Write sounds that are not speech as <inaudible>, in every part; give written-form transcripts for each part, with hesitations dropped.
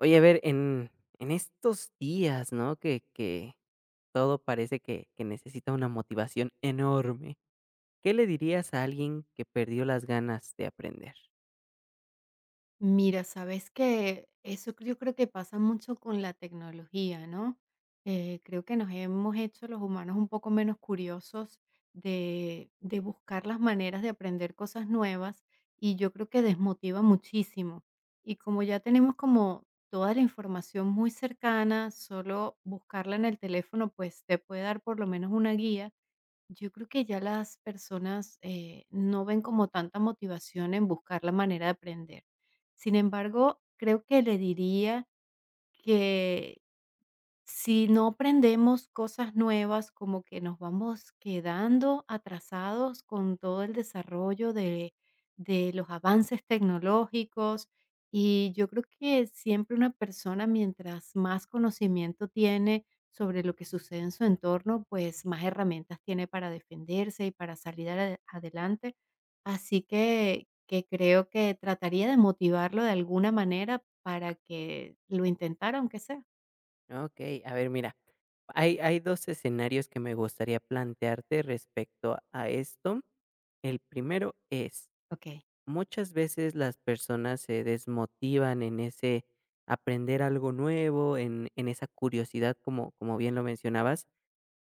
Oye, a ver, en estos días, ¿no? Que todo parece que necesita una motivación enorme, ¿qué le dirías a alguien que perdió las ganas de aprender? Mira, sabes que eso yo creo que pasa mucho con la tecnología, ¿no? Creo que nos hemos hecho los humanos un poco menos curiosos de buscar las maneras de aprender cosas nuevas y yo creo que desmotiva muchísimo. Y como ya tenemos como toda la información muy cercana, solo buscarla en el teléfono pues te puede dar por lo menos una guía. Yo creo que ya las personas no ven como tanta motivación en buscar la manera de aprender. Sin embargo, creo que le diría, si no aprendemos cosas nuevas, como que nos vamos quedando atrasados con todo el desarrollo de los avances tecnológicos. Y yo creo que siempre una persona, mientras más conocimiento tiene sobre lo que sucede en su entorno, pues más herramientas tiene para defenderse y para salir adelante. Así que creo que trataría de motivarlo de alguna manera para que lo intentara, aunque sea. Okey, a ver, mira, hay 2 escenarios que me gustaría plantearte respecto a esto. El primero es, Ok. muchas veces las personas se desmotivan en ese aprender algo nuevo, en esa curiosidad, como bien lo mencionabas,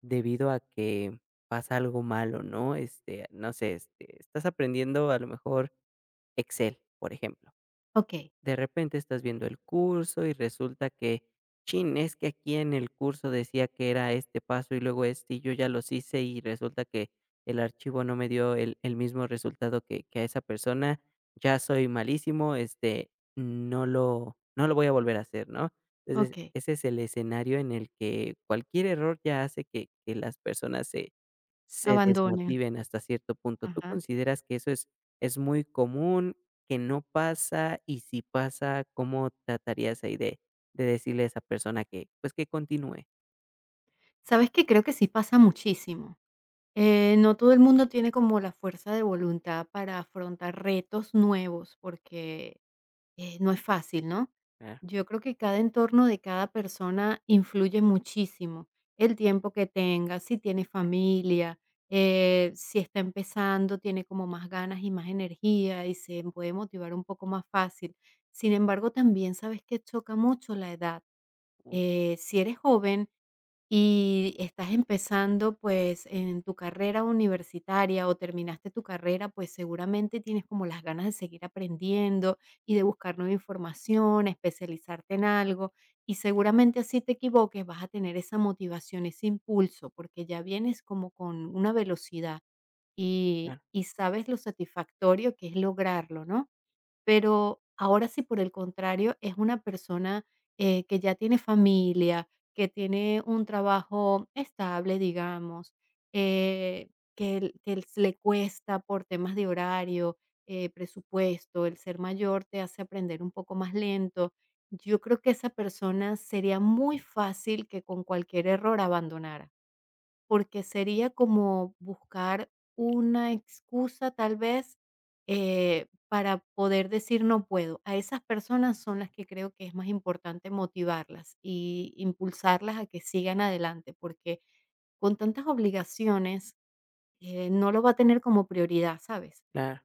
debido a que pasa algo malo, ¿no? No sé, estás aprendiendo a lo mejor Excel, por ejemplo. Okey, De repente estás viendo el curso y resulta que, chin, es que aquí en el curso decía que era este paso y luego este y yo ya los hice y resulta que el archivo no me dio el mismo resultado que a esa persona, ya soy malísimo, no lo voy a volver a hacer, ¿no? Entonces, okey, ese es el escenario en el que cualquier error ya hace que las personas se abandona, desmotiven hasta cierto punto. ¿Tú ajá. consideras que eso es muy común, que no pasa? Y si pasa, ¿cómo tratarías ahí de decirle a esa persona que, pues, que continúe? ¿Sabes que? Creo que sí pasa muchísimo. No todo el mundo tiene como la fuerza de voluntad para afrontar retos nuevos, porque, no es fácil, ¿no? Claro, Yo creo que cada entorno de cada persona influye muchísimo. El tiempo que tenga, si tiene familia, si está empezando, tiene como más ganas y más energía y se puede motivar un poco más fácil. Sin embargo, también, ¿sabes que? Choca mucho la edad. uh, Si eres joven y estás empezando pues en tu carrera universitaria o terminaste tu carrera, pues seguramente tienes como las ganas de seguir aprendiendo y de buscar nueva información, especializarte en algo, y seguramente así te equivoques, vas a tener esa motivación, ese impulso, porque ya vienes como con una velocidad y, claro, y sabes lo satisfactorio que es lograrlo, ¿no? Pero ahora, si por el contrario es una persona, que ya tiene familia, que tiene un trabajo estable, digamos, eh, que el le cuesta por temas de horario, presupuesto, el ser mayor te hace aprender un poco más lento. Yo creo que esa persona sería muy fácil que con cualquier error abandonara. Porque sería como buscar una excusa, tal vez, para poder decir: "No puedo". A esas personas son las que creo que es más importante motivarlas y impulsarlas a que sigan adelante, porque con tantas obligaciones, no lo va a tener como prioridad, ¿sabes? claro.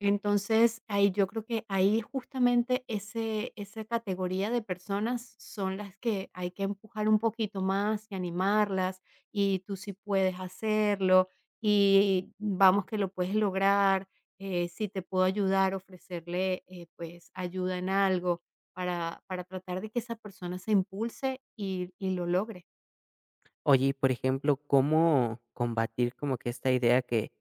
Entonces, ahí yo creo que ahí justamente ese esa categoría de personas son las que hay que empujar un poquito más y animarlas, y tú sí puedes hacerlo, y vamos que lo puedes lograr, si te puedo ayudar, ofrecerle, pues, ayuda en algo para tratar de que esa persona se impulse y lo logre. Oye, y por ejemplo, ¿cómo combatir como que esta idea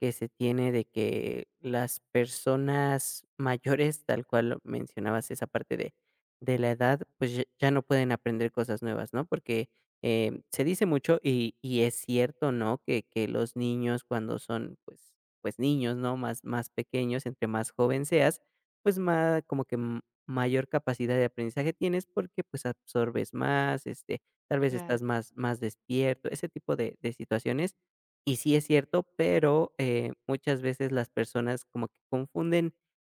que se tiene de que las personas <laughs> mayores, tal cual mencionabas esa parte de la edad, pues ya, ya no pueden aprender cosas nuevas, ¿no? Porque se dice mucho y es cierto, ¿no? Que los niños cuando son, pues, pues niños, ¿no? Más, más pequeños, entre más joven seas, pues más como que mayor capacidad de aprendizaje tienes porque pues absorbes más, este tal vez Claro, estás más despierto, ese tipo de situaciones. Y sí es cierto, pero, muchas veces las personas como que confunden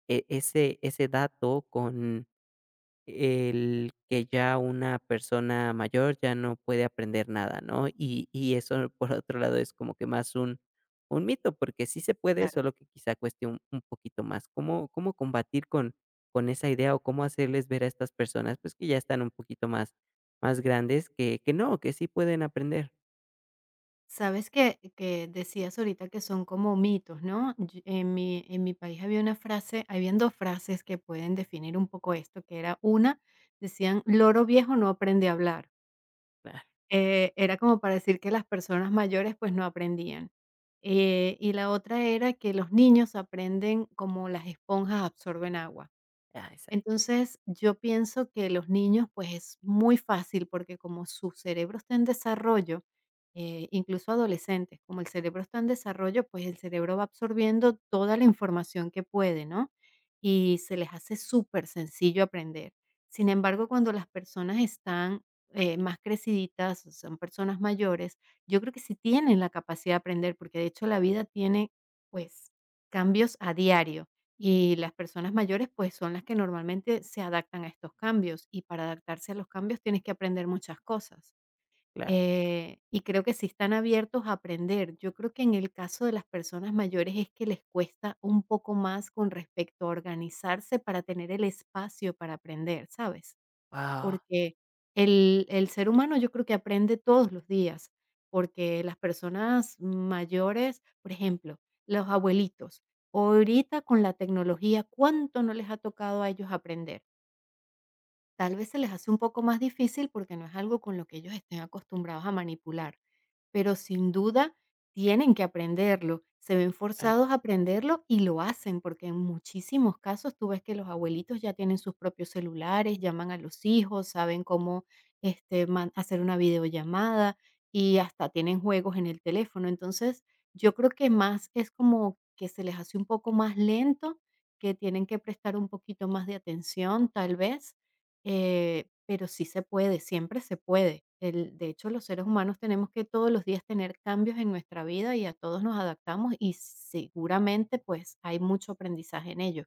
ese dato con el que ya una persona mayor ya no puede aprender nada, ¿no? Y eso, por otro lado, es como que más un mito, porque sí se puede, claro. solo que quizá cueste un poquito más. ¿Cómo combatir con esa idea o cómo hacerles ver a estas personas, pues, que ya están un poquito más más grandes que no, que sí pueden aprender? Sabes que decías ahorita que son como mitos, ¿no? En mi país había una frase, habían dos frases que pueden definir un poco esto. Que era una, decían: "Loro viejo no aprende a hablar". Claro. Era como para decir que las personas mayores pues no aprendían. Y la otra era que los niños aprenden como las esponjas absorben agua. Ah, exacto. Entonces, yo pienso que los niños, pues es muy fácil porque como su cerebro está en desarrollo, incluso adolescentes, como el cerebro está en desarrollo, pues el cerebro va absorbiendo toda la información que puede, ¿no? Y se les hace súper sencillo aprender. Sin embargo, cuando las personas están más creciditas, son personas mayores, yo creo que sí tienen la capacidad de aprender, porque de hecho la vida tiene, pues, cambios a diario, y las personas mayores, pues, son las que normalmente se adaptan a estos cambios, y para adaptarse a los cambios tienes que aprender muchas cosas. Claro. Y creo que sí están abiertos a aprender. Yo creo que en el caso de las personas mayores es que les cuesta un poco más con respecto a organizarse para tener el espacio para aprender, ¿sabes? Wow. Porque el ser humano yo creo que aprende todos los días, porque las personas mayores, por ejemplo, los abuelitos, ahorita con la tecnología, ¿cuánto no les ha tocado a ellos aprender? Tal vez se les hace un poco más difícil porque no es algo con lo que ellos estén acostumbrados a manipular, pero sin duda tienen que aprenderlo, se ven forzados a aprenderlo y lo hacen, porque en muchísimos casos tú ves que los abuelitos ya tienen sus propios celulares, llaman a los hijos, saben cómo hacer una videollamada y hasta tienen juegos en el teléfono. Entonces, yo creo que más es como que se les hace un poco más lento, que tienen que prestar un poquito más de atención, tal vez. Pero sí se puede, siempre se puede. El, de hecho, los seres humanos tenemos que todos los días tener cambios en nuestra vida, y a todos nos adaptamos y seguramente pues hay mucho aprendizaje en ello.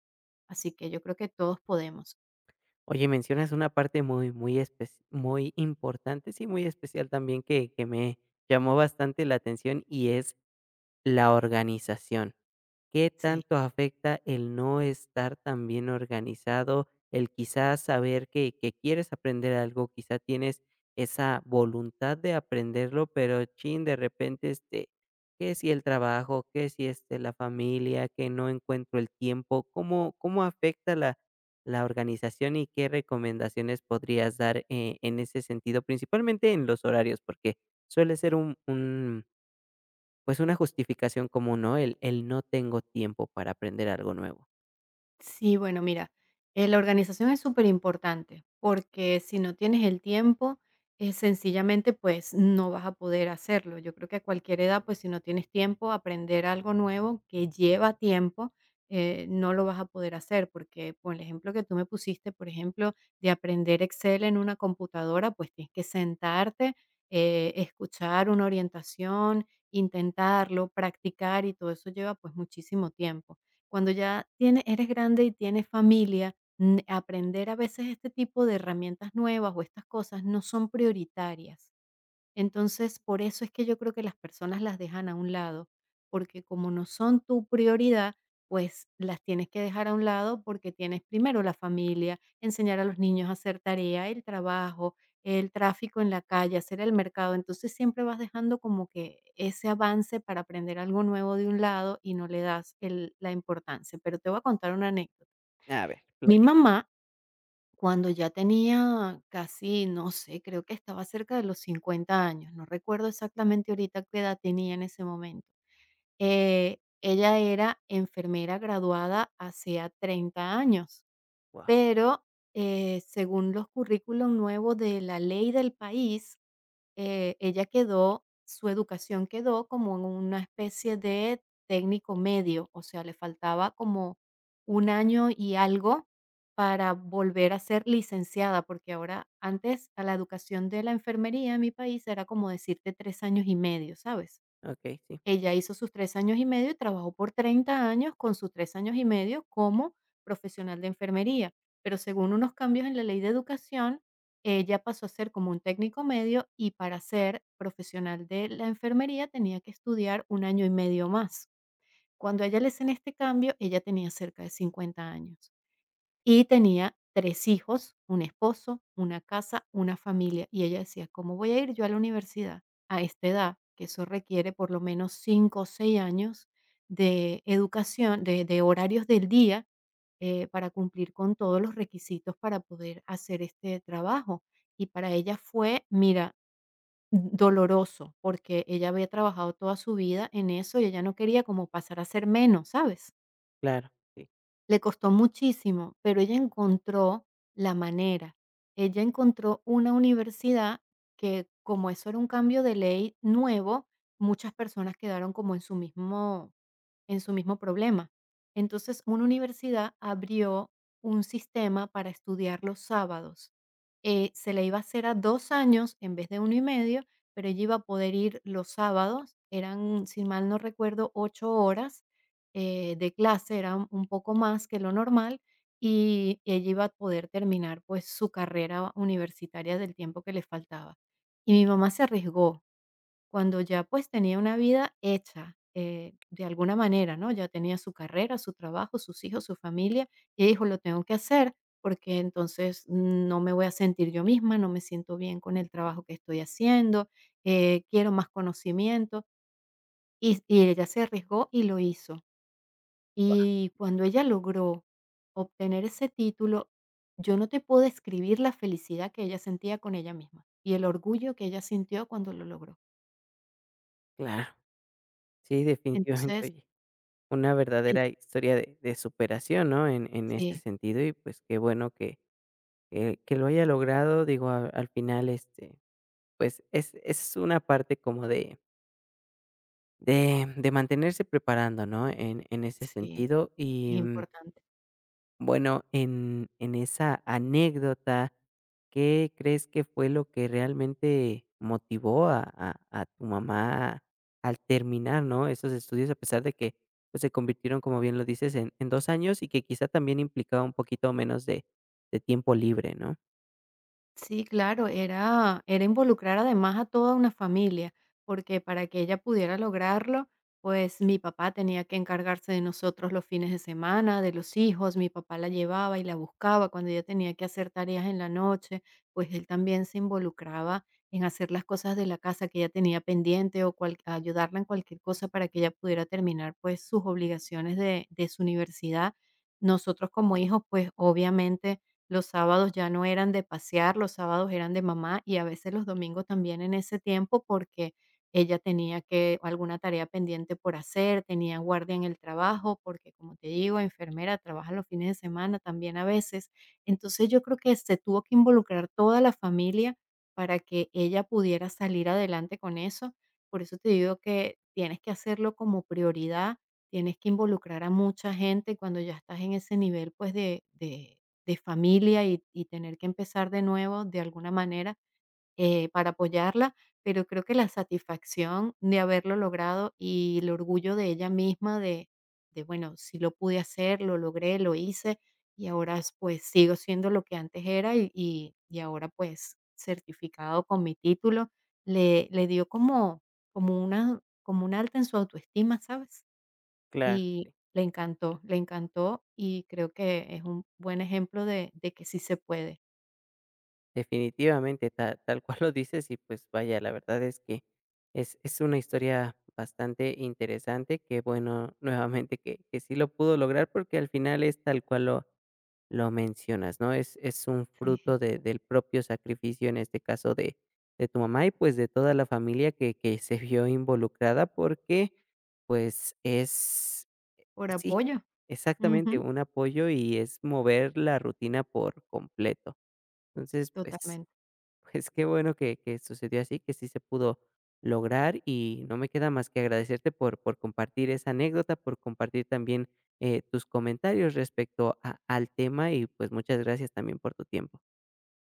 Así que yo creo que todos podemos. Oye, mencionas una parte muy, muy espec muy importante, sí, muy especial también que me llamó bastante la atención, y es la organización. ¿Qué Sí. tanto afecta el no estar tan bien organizado, el quizás saber que quieres aprender algo, quizá tienes esa voluntad de aprenderlo, pero chin, de repente, que si el trabajo, que si este, la familia, que no encuentro el tiempo, ¿cómo, cómo afecta la, la organización y qué recomendaciones podrías dar en ese sentido, principalmente en los horarios, porque suele ser pues una justificación común, ¿no? El no tengo tiempo para aprender algo nuevo. Sí, bueno, mira, la organización es súper importante porque si no tienes el tiempo, sencillamente pues no vas a poder hacerlo. Yo creo que a cualquier edad, pues si no tienes tiempo, aprender algo nuevo que lleva tiempo, no lo vas a poder hacer, porque por el ejemplo que tú me pusiste, por ejemplo, de aprender Excel en una computadora, pues tienes que sentarte, escuchar una orientación, intentarlo, practicar, y todo eso lleva pues muchísimo tiempo. Cuando ya tiene, eres grande y tienes familia, aprender a veces este tipo de herramientas nuevas o estas cosas no son prioritarias. Entonces, por eso es que yo creo que las personas las dejan a un lado, porque como no son tu prioridad, pues las tienes que dejar a un lado porque tienes primero la familia, enseñar a los niños a hacer tarea, el trabajo, el tráfico en la calle, hacer el mercado. Entonces siempre vas dejando como que ese avance para aprender algo nuevo de un lado y no le das la importancia. Pero te voy a contar una anécdota. A ver, Mi platic. mamá, cuando ya tenía casi, no sé, creo que estaba cerca de los 50 años, no recuerdo exactamente ahorita qué edad tenía en ese momento. Ella era enfermera graduada hacía 30 años, Guau, pero según los currículos nuevos de la ley del país, ella quedó, su educación quedó como en una especie de técnico medio, o sea, le faltaba como un año y algo para volver a ser licenciada, porque ahora, antes, a la educación de la enfermería en mi país era como decirte 3 años y medio, ¿sabes? okey, sí, Ella hizo sus 3 años y medio y trabajó por 30 años con sus 3 años y medio como profesional de enfermería, pero según unos cambios en la ley de educación, ella pasó a ser como un técnico medio y para ser profesional de la enfermería tenía que estudiar 1 año y medio más. Cuando a ella le hacen este cambio, ella tenía cerca de 50 años. Y tenía 3 hijos, un esposo, una casa, una familia. Y ella decía: "¿Cómo voy a ir yo a la universidad a esta edad?". Que eso requiere por lo menos 5 o 6 años de educación, de horarios del día, para cumplir con todos los requisitos para poder hacer este trabajo. Y para ella fue, mira, doloroso, porque ella había trabajado toda su vida en eso y ella no quería como pasar a ser menos, ¿sabes? claro, sí, Le costó muchísimo, pero ella encontró la manera. Ella encontró una universidad que, como eso era un cambio de ley nuevo, muchas personas quedaron como en su mismo problema. Entonces, una universidad abrió un sistema para estudiar los sábados. Se le iba a hacer a 2 años en vez de uno y medio, pero ella iba a poder ir los sábados. Eran, si mal no recuerdo, 8 horas de clase, era un poco más que lo normal, y ella iba a poder terminar, pues, su carrera universitaria del tiempo que le faltaba. Y mi mamá se arriesgó. Cuando ya, pues, tenía una vida hecha, de alguna manera, ¿no? Ya tenía su carrera, su trabajo, sus hijos, su familia, y dijo: "Lo tengo que hacer, porque entonces no me voy a sentir yo misma, no me siento bien con el trabajo que estoy haciendo, quiero más conocimiento". Y ella se arriesgó y lo hizo. Y cuando ella logró obtener ese título, yo no te puedo describir la felicidad que ella sentía con ella misma y el orgullo que ella sintió cuando lo logró. claro. Sí, definitivamente, Entonces, oye, una verdadera historia de superación, ¿no? En ese sí, sentido, y pues qué bueno que que lo haya logrado, digo, a al final, pues es una parte como de de mantenerse preparando, ¿no? En ese sí, sentido, es y, mm. importante. Bueno, en esa anécdota, ¿qué crees que fue lo que realmente motivó a a tu mamá al terminar, ¿no?, esos estudios, a pesar de que, pues, se convirtieron, como bien lo dices, en 2 años y que quizá también implicaba un poquito menos de tiempo libre, ¿no? Sí, claro, era, involucrar además a toda una familia, porque para que ella pudiera lograrlo, pues mi papá tenía que encargarse de nosotros los fines de semana, de los hijos; mi papá la llevaba y la buscaba cuando ella tenía que hacer tareas en la noche, pues él también se involucraba en hacer las cosas de la casa que ella tenía pendiente, o ayudarla en cualquier cosa para que ella pudiera terminar pues sus obligaciones de su universidad. Nosotros como hijos, pues obviamente los sábados ya no eran de pasear, los sábados eran de mamá, y a veces los domingos también en ese tiempo, porque ella tenía que alguna tarea pendiente por hacer, tenía guardia en el trabajo, porque como te digo, enfermera, trabaja los fines de semana también a veces. Entonces yo creo que se tuvo que involucrar toda la familia para que ella pudiera salir adelante con eso. Por eso te digo que tienes que hacerlo como prioridad, tienes que involucrar a mucha gente cuando ya estás en ese nivel, pues de familia y tener que empezar de nuevo de alguna manera, para apoyarla. Pero creo que la satisfacción de haberlo logrado y el orgullo de ella misma de, bueno, si lo pude hacer, lo logré, lo hice, y ahora, pues, sigo siendo lo que antes era y ahora, pues, certificado con mi título, le dio como como una como un alta en su autoestima, ¿sabes? Claro. Y le encantó, y creo que es un buen ejemplo de que sí se puede. Definitivamente, ta tal cual lo dices y, pues, vaya, la verdad es que es una historia bastante interesante, que bueno, nuevamente que sí lo pudo lograr, porque al final es tal cual lo mencionas, ¿no? Es un Sí, fruto de del propio sacrificio, en este caso de tu mamá y, pues, de toda la familia que se vio involucrada, porque, pues, es por pues sí, apoyo. exactamente, Ujú, un apoyo y es mover la rutina por completo. Entonces, pues totalmente. pues qué bueno que sucedió así, que sí se pudo lograr y no me queda más que agradecerte por compartir esa anécdota, por compartir también tus comentarios respecto al tema y pues muchas gracias también por tu tiempo.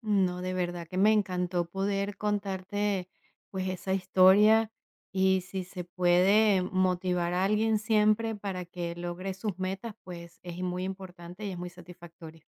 No, de verdad que me encantó poder contarte, pues, esa historia, y si se puede motivar a alguien siempre para que logre sus metas, pues, es muy importante y es muy satisfactorio.